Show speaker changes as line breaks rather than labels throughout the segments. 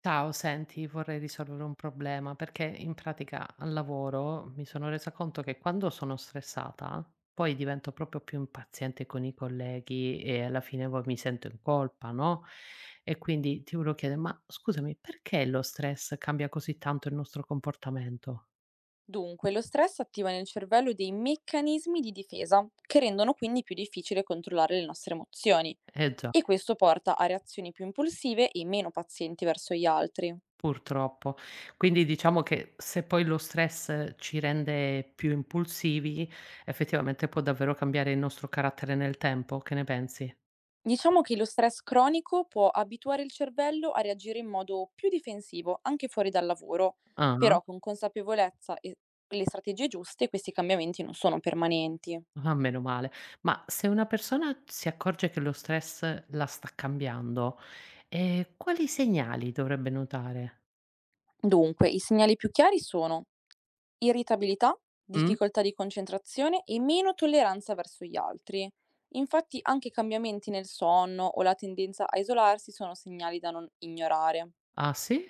Ciao, senti, vorrei risolvere un problema perché in pratica al lavoro mi sono resa conto che quando sono stressata poi divento proprio più impaziente con i colleghi e alla fine poi mi sento in colpa, no? E quindi ti volevo chiedere, ma scusami, perché lo stress cambia così tanto il nostro comportamento?
Dunque, lo stress attiva nel cervello dei meccanismi di difesa che rendono quindi più difficile controllare le nostre emozioni
Eh già,
e questo porta a reazioni più impulsive e meno pazienti verso gli altri.
purtroppo. Quindi diciamo che se poi lo stress ci rende più impulsivi, effettivamente può davvero cambiare il nostro carattere nel tempo, che ne pensi?
Diciamo che lo stress cronico può abituare il cervello a reagire in modo più difensivo anche fuori dal lavoro,
Ah.
però con consapevolezza e le strategie giuste questi cambiamenti non sono permanenti.
Ah, meno male. Ma se una persona si accorge che lo stress la sta cambiando, quali segnali dovrebbe notare?
Dunque, i segnali più chiari sono irritabilità,
Mh.
difficoltà di concentrazione e meno tolleranza verso gli altri. Infatti anche cambiamenti nel sonno o la tendenza a isolarsi sono segnali da non ignorare.
Ah, sì?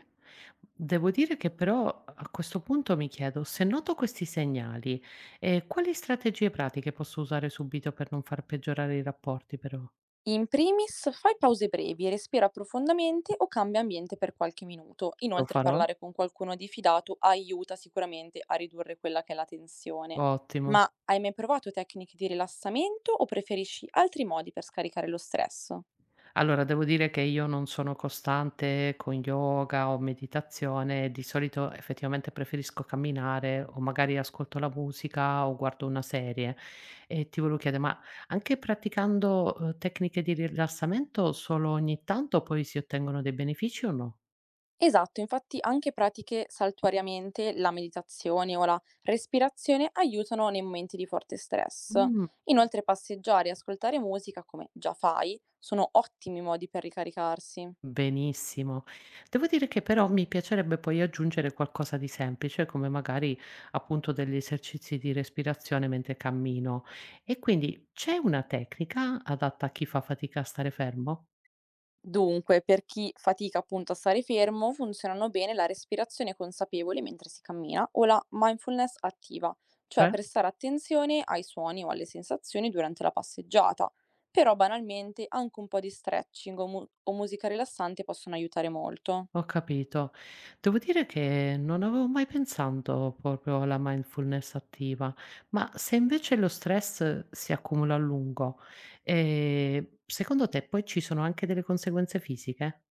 Devo dire che però a questo punto mi chiedo: se noto questi segnali, quali strategie pratiche posso usare subito per non far peggiorare i rapporti però?
In primis, fai pause brevi, respira profondamente o cambia ambiente per qualche minuto.
Lo
Inoltre
farò?
parlare con qualcuno di fidato aiuta sicuramente a ridurre quella che è la tensione.
Ottimo.
Ma hai mai provato tecniche di rilassamento o preferisci altri modi per scaricare lo stress?
Allora, devo dire che io non sono costante con yoga o meditazione, di solito effettivamente preferisco camminare o magari ascolto la musica o guardo una serie. E ti volevo chiedere, ma anche praticando, tecniche di rilassamento solo ogni tanto poi si ottengono dei benefici o no?
Esatto, infatti anche pratiche saltuariamente, la meditazione o la respirazione aiutano nei momenti di forte stress. Inoltre passeggiare e ascoltare musica, come già fai, sono ottimi modi per ricaricarsi.
Benissimo. Devo dire che però mi piacerebbe poi aggiungere qualcosa di semplice, come magari appunto degli esercizi di respirazione mentre cammino. E quindi c'è una tecnica adatta a chi fa fatica a stare fermo?
Dunque, per chi fatica appunto a stare fermo, funzionano bene la respirazione consapevole mentre si cammina o la mindfulness attiva, cioè
Cioè?
prestare attenzione ai suoni o alle sensazioni durante la passeggiata. Però banalmente anche un po' di stretching o, o musica rilassante possono aiutare molto.
Ho capito. Devo dire che non avevo mai pensato proprio alla mindfulness attiva, ma se invece lo stress si accumula a lungo, secondo te poi ci sono anche delle conseguenze fisiche?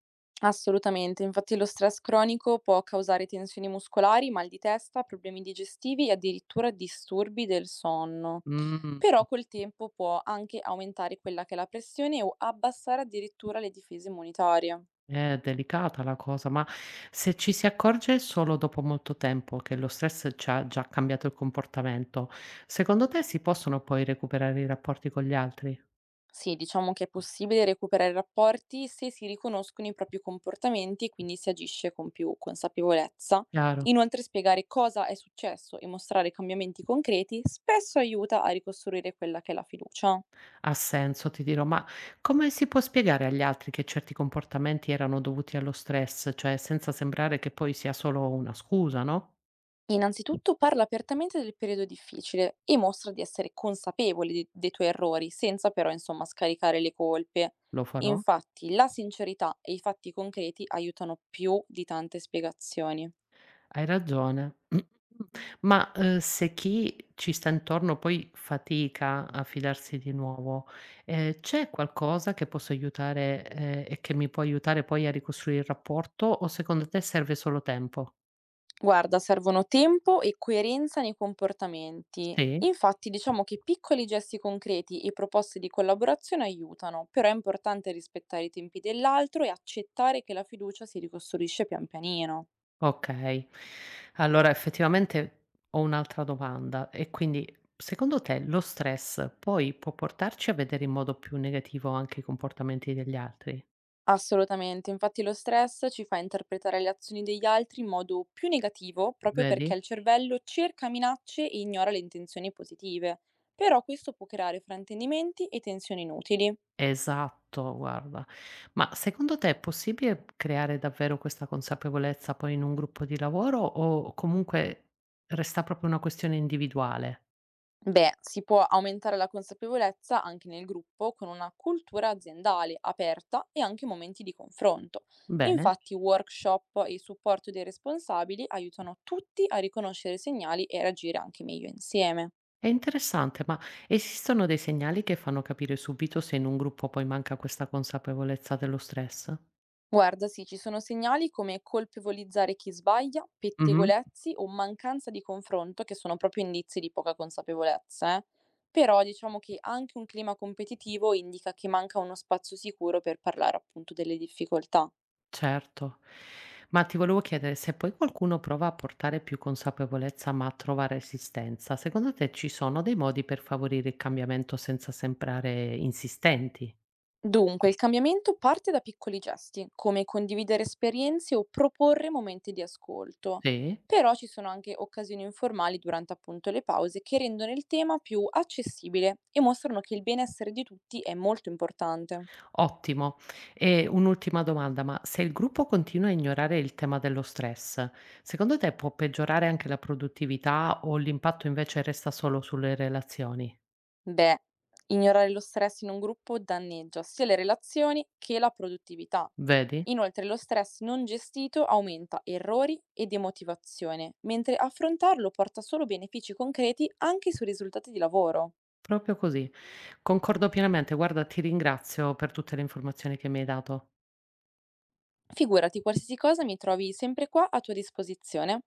Assolutamente, infatti lo stress cronico può causare tensioni muscolari, mal di testa, problemi digestivi e addirittura disturbi del sonno.
Mm.
Però col tempo può anche aumentare quella che è la pressione o abbassare addirittura le difese immunitarie.
È delicata la cosa, ma se ci si accorge solo dopo molto tempo che lo stress ci ha già cambiato il comportamento, secondo te si possono poi recuperare i rapporti con gli altri?
Sì, diciamo che è possibile recuperare rapporti se si riconoscono i propri comportamenti e quindi si agisce con più consapevolezza.
Chiaro,
Inoltre spiegare cosa è successo e mostrare cambiamenti concreti spesso aiuta a ricostruire quella che è la fiducia.
ha senso, ti dirò, ma come si può spiegare agli altri che certi comportamenti erano dovuti allo stress, cioè senza sembrare che poi sia solo una scusa, no?
Innanzitutto parla apertamente del periodo difficile e mostra di essere consapevole dei tuoi errori, senza però, insomma, scaricare le colpe.
Lo farò?
Infatti, la sincerità e i fatti concreti aiutano più di tante spiegazioni.
Hai ragione. Ma, se chi ci sta intorno poi fatica a fidarsi di nuovo, c'è qualcosa che posso aiutare e che mi può aiutare poi a ricostruire il rapporto o secondo te serve solo tempo?
Guarda, servono tempo e coerenza nei comportamenti.
Sì?
Infatti, diciamo che piccoli gesti concreti e proposte di collaborazione aiutano, però è importante rispettare i tempi dell'altro e accettare che la fiducia si ricostruisce pian pianino.
Okay. Allora effettivamente ho un'altra domanda e quindi secondo te lo stress poi può portarci a vedere in modo più negativo anche i comportamenti degli altri?
Assolutamente, infatti lo stress ci fa interpretare le azioni degli altri in modo più negativo, proprio perché
Vedi?
il cervello cerca minacce e ignora le intenzioni positive. Però questo può creare fraintendimenti e tensioni inutili.
Esatto, guarda. Ma secondo te è possibile creare davvero questa consapevolezza poi in un gruppo di lavoro o comunque resta proprio una questione individuale?
Beh, si può aumentare la consapevolezza anche nel gruppo con una cultura aziendale aperta e anche momenti di confronto.
Bene,
Infatti, workshop e il supporto dei responsabili aiutano tutti a riconoscere i segnali e reagire anche meglio insieme.
è interessante, ma esistono dei segnali che fanno capire subito se in un gruppo poi manca questa consapevolezza dello stress?
Guarda, sì, ci sono segnali come colpevolizzare chi sbaglia,
Mhm.
pettegolezzi o mancanza di confronto che sono proprio indizi di poca consapevolezza, eh. Però diciamo che anche un clima competitivo indica che manca uno spazio sicuro per parlare appunto delle difficoltà.
Certo. Ma ti volevo chiedere, se poi qualcuno prova a portare più consapevolezza ma trova resistenza, secondo te ci sono dei modi per favorire il cambiamento senza sembrare insistenti?
Dunque, il cambiamento parte da piccoli gesti, come condividere esperienze o proporre momenti di ascolto.
Sì?
Però ci sono anche occasioni informali durante appunto le pause che rendono il tema più accessibile e mostrano che il benessere di tutti è molto importante.
Ottimo. E un'ultima domanda, ma se il gruppo continua a ignorare il tema dello stress, secondo te può peggiorare anche la produttività o l'impatto invece resta solo sulle relazioni?
Beh, ignorare lo stress in un gruppo danneggia sia le relazioni che la produttività.
Vedi?
Inoltre lo stress non gestito aumenta errori e demotivazione, mentre affrontarlo porta solo benefici concreti anche sui risultati di lavoro.
Proprio così. Concordo pienamente. Guarda, ti ringrazio per tutte le informazioni che mi hai dato.
Figurati, qualsiasi cosa mi trovi sempre qua a tua disposizione.